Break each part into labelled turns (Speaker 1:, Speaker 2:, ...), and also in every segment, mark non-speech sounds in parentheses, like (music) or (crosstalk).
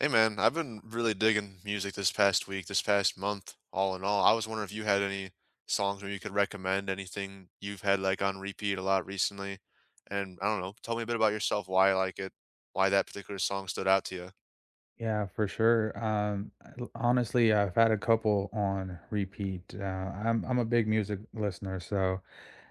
Speaker 1: Hey man, I've been really digging music this past week, this past month, all in all. I was wondering if you had any songs or you could recommend anything you've had like on repeat a lot recently. And I don't know, tell me a bit about yourself, why you like it, why that particular song stood out to you.
Speaker 2: Yeah, for sure. Honestly, I've had a couple on repeat. I'm a big music listener, so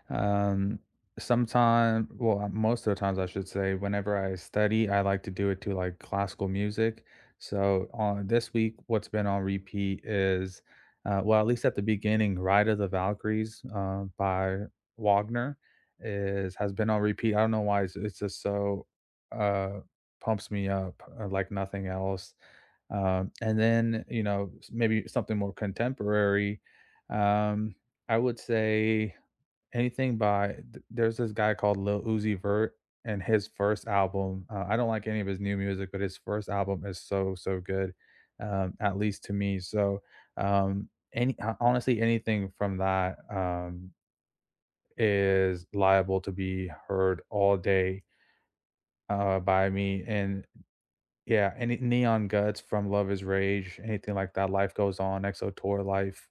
Speaker 2: um, most of the times I should say, whenever I study, I like to do it to like classical music. So on this week, what's been on repeat is, well, at least at the beginning, "Ride of the Valkyries" by Wagner is has been on repeat. I don't know why it's just so uh, pumps me up like nothing else. And then you know maybe something more contemporary. Um, I would say anything by th there's this guy called Lil Uzi Vert, and his first album, I don't like any of his new music, but his first album is so, so good, at least to me. So, any ho Honestly, anything from that, is liable to be heard all day, by me, and yeah, any Neon Guts from Love Is Rage, anything like that, Life Goes On, EXO Tour Life,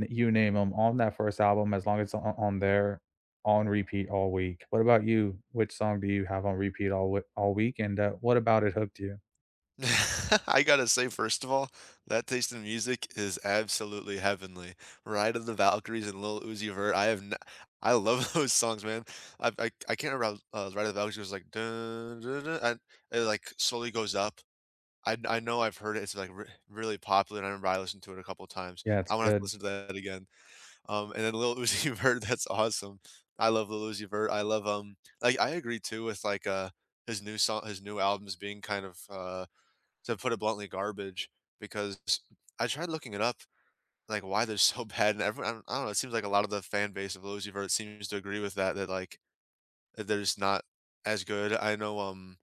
Speaker 2: You name them on that first album, as long as it's on there, on repeat all week. What about you? Which song do you have on repeat all week? And what about it hooked you?
Speaker 1: (laughs) I gotta say, first of all, that taste in music is absolutely heavenly. Ride of the Valkyries and Lil Uzi Vert. I love (laughs) those songs, man. I can't remember. How, Ride of the Valkyries was like dun, dun, dun, and it like slowly goes up. I know I've heard it. It's, like, re really popular, and I remember I listened to it a couple times.
Speaker 2: Yeah, it's
Speaker 1: I want to have to
Speaker 2: good.
Speaker 1: listen to that again. And then Lil Uzi (laughs) Vert, that's awesome. I love Lil Uzi Vert. I love, like, I agree too with, like, his new albums being kind of, to put it bluntly, garbage because I tried looking it up, like, why they're (laughs) so bad, and everyone I don't know, it seems like a lot of the fan base of Lil Uzi Vert seems to agree with that, that, like, that they're just not as good. I know,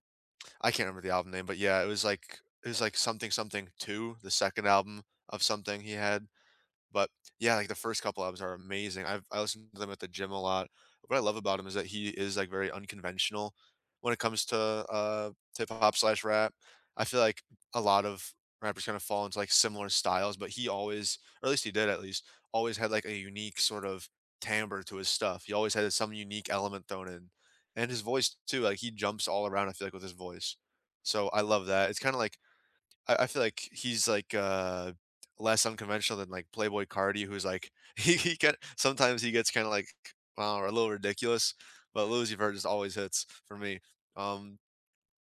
Speaker 1: I can't remember the album name, but yeah, it was like something something 2, the second album of something he had. But, yeah, like, the first couple albums are amazing. I listen to them at the gym a lot. What I love about him is that he is, like, very unconventional when it comes to, hip hop/rap. I feel like a lot of rappers kinda fall into, like, similar styles, but he always or at least he did at least, always had, like, a unique sort of timbre to his stuff. He always had some unique element thrown in. And his voice too, like, he jumps all around, I feel like, with his voice. So I love that. It's kinda like I feel like he's like, less unconventional than like Playboy Cardi, who's like (laughs) he gets kinda like, a little ridiculous, but Louis Vert just always hits for me. Um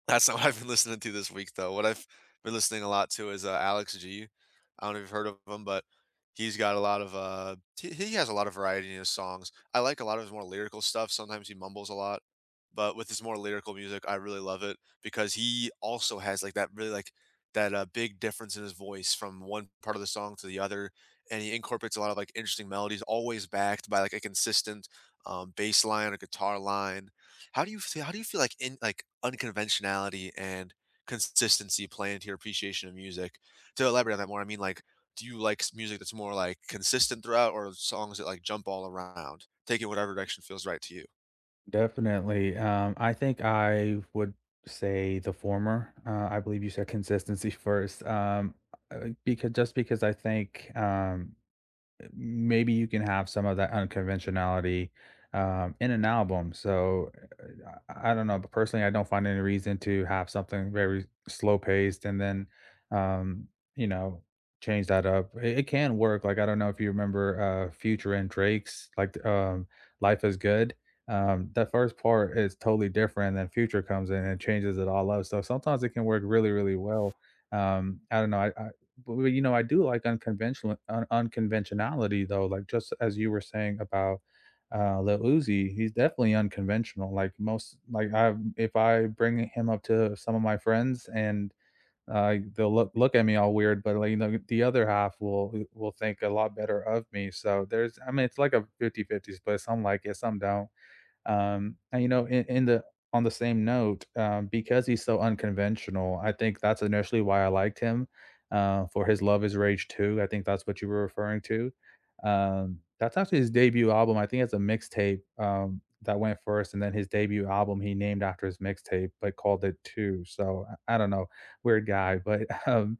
Speaker 1: that's not what I've been listening to this week, though. What I've been listening a lot to is Alex G. I don't know if you've heard of him, but he's got a lot of he has a lot of variety in his songs. I like a lot of his more lyrical stuff. Sometimes he mumbles a lot, but with his more lyrical music, I really love it because he also has like that big difference in his voice from one part of the song to the other, and he incorporates a lot of like interesting melodies, always backed by like a consistent bass line or guitar line. How do you feel like in like unconventionality and consistency play into your appreciation of music? To elaborate on that more, I mean like do you like music that's more like consistent throughout or songs that like jump all around? Take it whatever direction feels right to you.
Speaker 2: Definitely. I think I would say the former. I believe you said consistency (laughs) first. Because just because I think maybe you can have some of that unconventionality in an album. So I don't know, but personally, I don't find any reason to have something very slow paced and then, um, you know, change that up. It can work. Like I don't know if you remember Future and Drake's like "Life Is Good." That first part is totally different. And then Future comes in and changes it all up. So sometimes it can work really, really well. I don't know. But, well, you know, I do like unconventionality, though, like, just as you were saying about, Lil Uzi, he's definitely unconventional, like, most like, I if I bring him up to some of my friends and, they'll look at me all weird, but, like, you know, the other half will think a lot better of me, so there's I mean, it's like a 50-50 split, some like it, some don't. And you know, In the on the same note, because he's so unconventional, I think that's initially why I liked him for his Love Is Rage 2. I think that's what you were referring to. That's actually his debut album. I think it's a mixtape that went first, and then his debut album he named after his mixtape, but called it Two. I don't know, weird guy, but (laughs)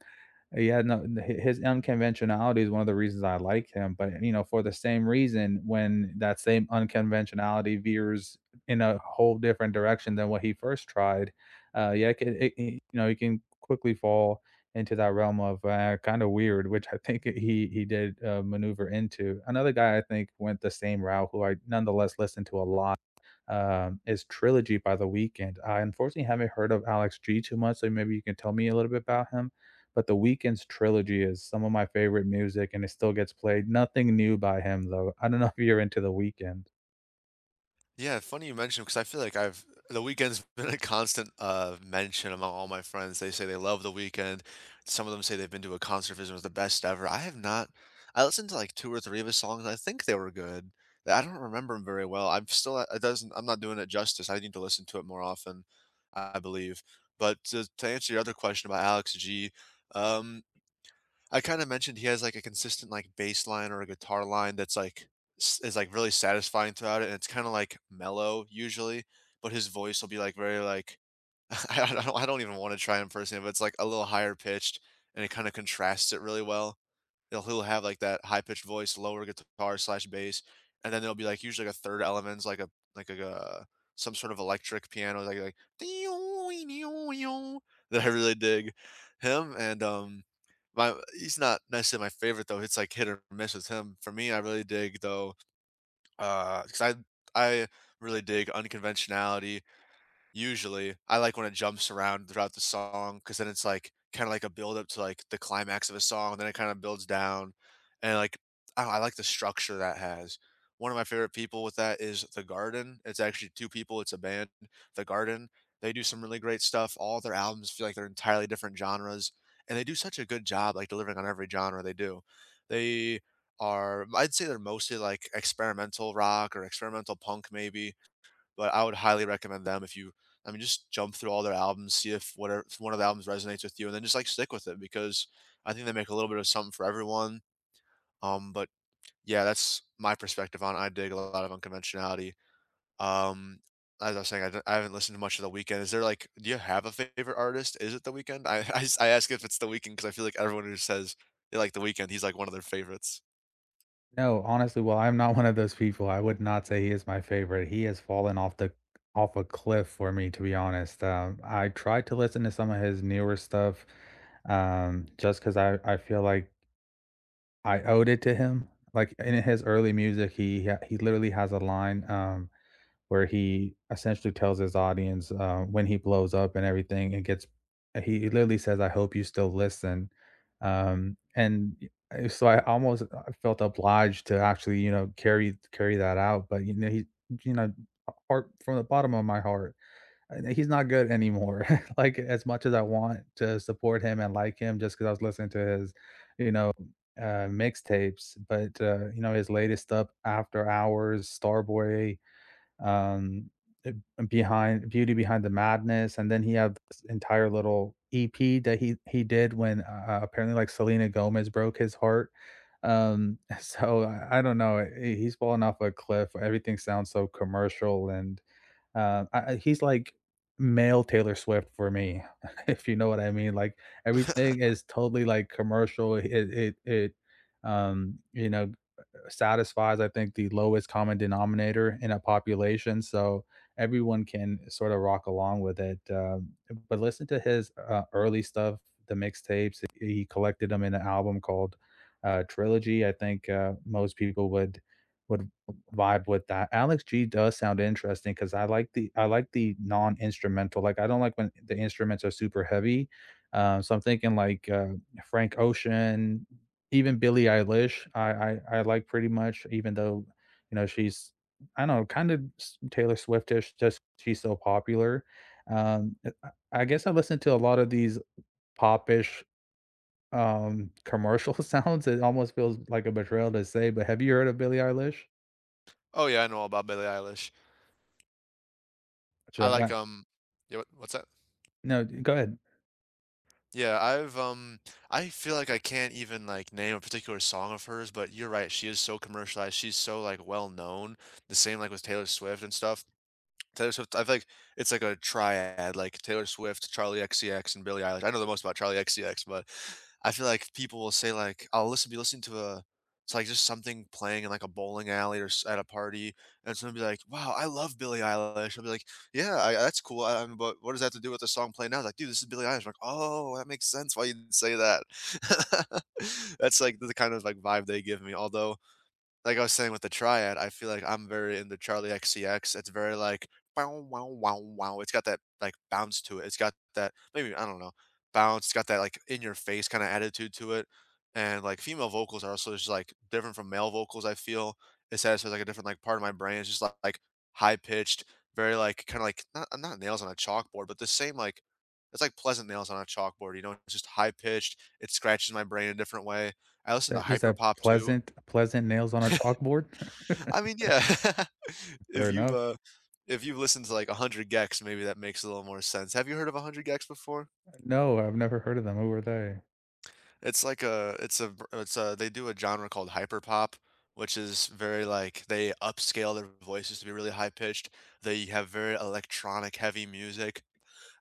Speaker 2: yeah, no, his unconventionality is one of the reasons I like him. But you know, for the same reason, when that same unconventionality veers in a whole different direction than what he first tried, yeah, it, can- it- you know, he can quickly fall into that realm of kind of weird, which I think he did maneuver into. Another guy I think went the same route, who I nonetheless listened to a lot is Trilogy by the Weeknd. I unfortunately haven't heard of Alex G too much, so maybe you can tell me a little bit about him. But the Weeknd's Trilogy is some of my favorite music, and it still gets played. Nothing new by him though. I don't know (laughs) if you're into the Weeknd.
Speaker 1: Yeah, funny you mentioned because I feel like I've the weekend's (laughs) been a constant mention among all my friends. They say they love the weekend. Some of them say they've been to a concert visit was the best ever. I have not. I listened to like two or three of his songs. I think they were good. I don't remember them very well. I'm still. It doesn't. I'm not doing it justice. I need to listen to it more often. I believe. But to answer your other question about Alex G, um, I kinda mentioned he has, like, a consistent, like, bass line or a guitar line that's, like, s is, like, really satisfying throughout it, and it's kinda, like, mellow usually, but his voice will be, like, very, like (laughs) I don't even wanna try impersonating, but it's, like, a little higher pitched, and it kinda contrasts it really well. He'll have, like, that high pitched voice, lower guitar/bass, slash bass, and then there'll be, like, usually, like, a 3rd element, like a, uh, some sort of electric piano, like (laughs) that I really dig. Him and, my he's not necessarily my favorite though, it's like hit or miss with him. For me, I really dig though, 'cause I really dig unconventionality. Usually, I like when it jumps around throughout the song because then it's, like, kinda like a build up to, like, the climax of a song, then it kinda builds down, and, like, I don't know, I like the structure that has. One of my favorite people with that is The Garden. It's actually 2 people, it's a band, The Garden. They do some really great stuff. All their albums feel like they're entirely different genres, and they do such a good job, like, delivering on every genre they do. They are I'd say they're mostly, like, experimental rock or experimental punk maybe, but I would highly recommend them if you I mean, just jump through all their albums, see if whatever if one of the albums resonates with you, and then just like stick with it because I think they make a little bit of something for everyone. But yeah, that's my perspective on. I dig a lot of unconventionality. Um, as I was saying, I haven't listened to much of The Weeknd. Is there, like do you have a favorite artist? Is it The Weeknd? I (laughs) I ask if it's The Weekend because I feel like everyone who says they like The Weeknd, he's, like, one of their favorites.
Speaker 2: No, honestly, well, I'm not one of those people. I would not say he is my favorite. He has fallen off a cliff for me, to be honest. I tried to listen to some of his newer stuff, just because I feel like I owed it to him. Like in his early music, he literally has a line where he essentially tells his audience when he blows up and everything, and gets he literally says, "I hope you still listen." Um, and y- so I almost felt obliged to actually, you know, carry that out. But you know, he you know, heart from the bottom of my heart, he's not good anymore. (laughs) Like as much as I want to support him and like him, just because I was listening to his, you know, mixtapes, but you know his latest stuff, After Hours, Starboy, um, uh, behind Beauty Behind the Madness, and then he had this entire little EP that he did when apparently like Selena Gomez broke his heart. (laughs) I don't know. He's falling off a cliff. Everything sounds so commercial and he's like male Taylor Swift for me, (laughs) if you know what I mean. Like everything
Speaker 1: (laughs)
Speaker 2: is totally like commercial. It um you know satisfies, I think, the lowest common denominator in a population. So everyone can sort of rock along with it. But listen to his early stuff, the mixtapes. He collected them in an album called Trilogy. I think most people would would vibe with that. Alex G does sound interesting because I like the non instrumental. Like I don't like when the instruments are super heavy. So I'm thinking like Frank Ocean, even Billie Eilish, I I like pretty much, even though, you know, she's I don't know, kind of Taylor Swiftish, just she's so popular. Um, uh, I guess I listen to a lot of these popish commercial (laughs) sounds. It almost feels like a betrayal to say, but have you heard of Billie Eilish?
Speaker 1: Oh, yeah, I know all about Billie Eilish. I
Speaker 2: Should I-
Speaker 1: like,
Speaker 2: uh,
Speaker 1: um yeah, what's that?
Speaker 2: no, go ahead.
Speaker 1: Yeah, I've um I feel like I can't even like name a particular song of hers, but you're right, she is so commercialized, she's so like well known, the same like with Taylor Swift and stuff. Taylor Swift, I feel like it's like a triad, like Taylor Swift, Charlie XCX, and Billie Eilish. I know the most about Charlie XCX, but I feel like people will say like, I'll listen, be listening to a, it's like just something playing in like a bowling alley or at a party, and someone be like, "Wow, I love Billie Eilish." I'll be like, "Yeah, I, that's cool." But what does that have to do with the song playing now? It's like, dude, this is Billie Eilish. I'm like, oh, that makes sense why you'd say that. (laughs) That's like the kind of like vibe they give me. Although like I was saying with the triad, I feel like I'm very into Charlie XCX. It's very like wow, wow, wow, wow. It's got that like bounce to it. It's got that maybe I don't know bounce. It's got that like in your face kind of attitude to it. And like female vocals are also just like different from male vocals. I feel it satisfies like a different like part of my brain. It's just like, like, high pitched, very like kind of like not nails on a chalkboard, but the same like it's like pleasant nails on a chalkboard. You know, it's just high pitched. It scratches my brain a different way. I listen to
Speaker 2: You said
Speaker 1: hyperpop too.
Speaker 2: pleasant, pleasant nails on a chalkboard.
Speaker 1: I mean, yeah. (laughs)
Speaker 2: (laughs) Fair
Speaker 1: If you've,
Speaker 2: enough.
Speaker 1: uh if you've listened to, like, 100 Gex, maybe that makes a little more sense. Have you heard of 100 Gex before?
Speaker 2: No, I've never heard of them. Who are they?
Speaker 1: It's like a it's a v it's a they do a genre called hyperpop, which is very, like they upscale their voices to be really high pitched. They have very electronic heavy music.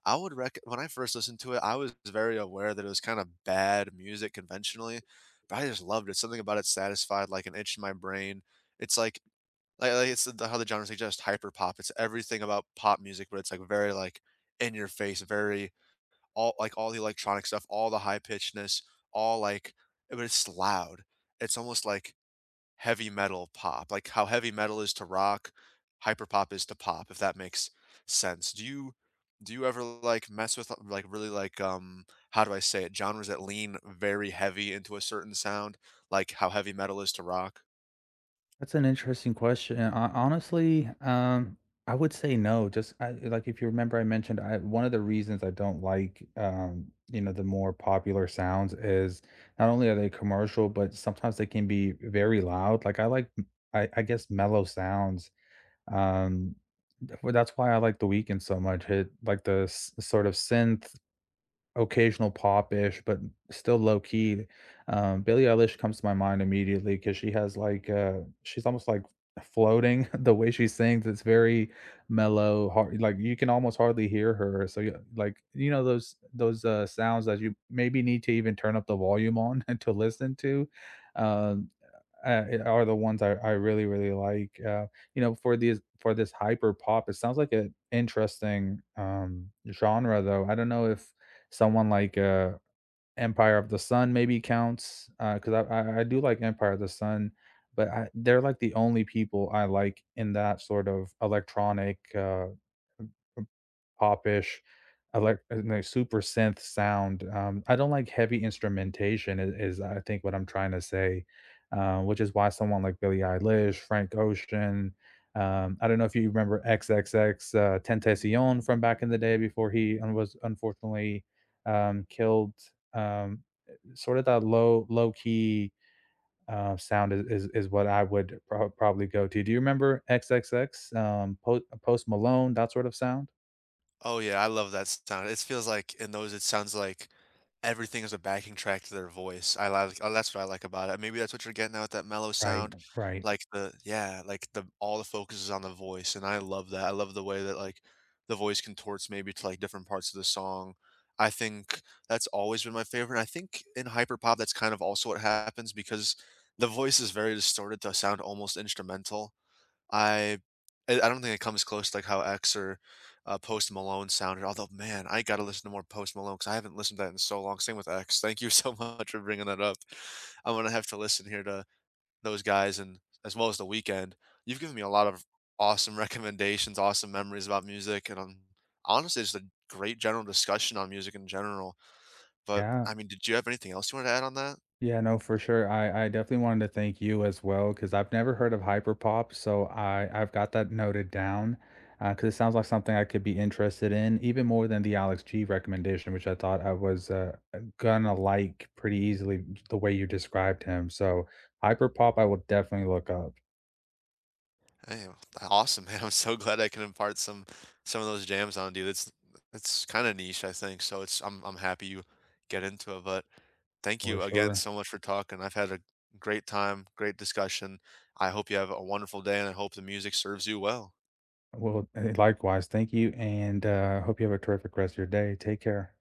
Speaker 1: I would rec when I first listened to it, I was very aware that it was kinda bad music conventionally, but I just loved it. Something about it satisfied, like, an itch in my brain. It's like, it's the how the genre suggests hyper pop. It's everything about pop music, but it's, like, very, like, in your face, very all like, all the electronic stuff, all the high pitchedness, all, like but it's loud. It's almost like heavy metal pop, like how heavy metal is to rock, hyper pop is to pop, if that makes sense. Do you ever, like, mess with, like, really, like, how do I say it, genres that lean very heavy into a certain sound, like how heavy metal is to rock?
Speaker 2: That's an interesting question. Honestly, I would say no. Like if you remember, I mentioned one of the reasons I don't like, you know, the more popular sounds is not only are they commercial, but sometimes they can be very loud. Like I like, m- I guess, mellow sounds. Um, well, that's why I like The Weeknd so much. It like the sort of synth occasional pop-ish, but still low-key. Billie Eilish comes to my mind immediately because she has, like, she's almost, like, floating. (laughs) The way she sings, it's very mellow, hard like, you can almost hardly hear her. So, yeah like, you know, those, sounds that you maybe need to even turn up the volume on (laughs) to listen to? Uh, it are the ones I really really like. You know, for this hyper pop, it sounds like an interesting genre though. I don't know if someone like Empire of the Sun maybe counts because I do like Empire of the Sun, but they're like the only people I like in that sort of electronic popish, elec and super synth sound. I don't like heavy instrumentation I is I think what I'm trying to say, which is why someone like Billie Eilish, Frank Ocean, I don't know if you remember XXX, Tentacion from back in the day before he un was unfortunately, killed, um, sort of that low-key, sound is is what I would probably go to. Do you remember XXX, Po Post Malone, that sort of sound?
Speaker 1: Oh, yeah, I love that sound. It feels like in those, it sounds like everything is a backing track to their voice. I like oh, that's what I like about it. Maybe that's what you're getting at with that mellow
Speaker 2: Right,
Speaker 1: sound,
Speaker 2: right.
Speaker 1: like the yeah, like the all the focus is on the voice, and I love that. I love the way that like the voice contorts maybe to like different parts of the song. I think that's always been my favorite. And I think in hyperpop, that's kind of also what happens because the voice is very distorted to sound almost instrumental. I I don't think it comes close to, like, how X or, Post Malone sounded, although, man, I gotta listen to more Post Malone because I haven't listened to that in so long, same with X. Thank you so (laughs) much for bringing that up. I'm gonna have to listen here to those guys and as well as The weekend. You've given me a lot of awesome (laughs) recommendations, awesome memories about music, and, honestly, just a great general discussion on music in general, but,
Speaker 2: Yeah.
Speaker 1: I mean, did you have anything else you wanted to add on that?
Speaker 2: Yeah, no, for sure. I definitely wanted to thank you as well because I've never heard of hyperpop, so I've got that noted down because it sounds like something I could be interested in even more than the Alex G recommendation, which I thought I was gonna like pretty easily the way you described him. So hyperpop, I will definitely look up
Speaker 1: Hey, awesome, man. (laughs) I'm so glad I can impart some of those jams on you. That's kind of niche, I think. So it's I'm happy you get into it. But thank
Speaker 2: for
Speaker 1: you again
Speaker 2: sure.
Speaker 1: so much for talking. I've had a great time, great discussion. I hope you have a wonderful day, and I hope the music serves you well.
Speaker 2: Well, eh, likewise, thank you, and hope you have a terrific rest of your day. Take care.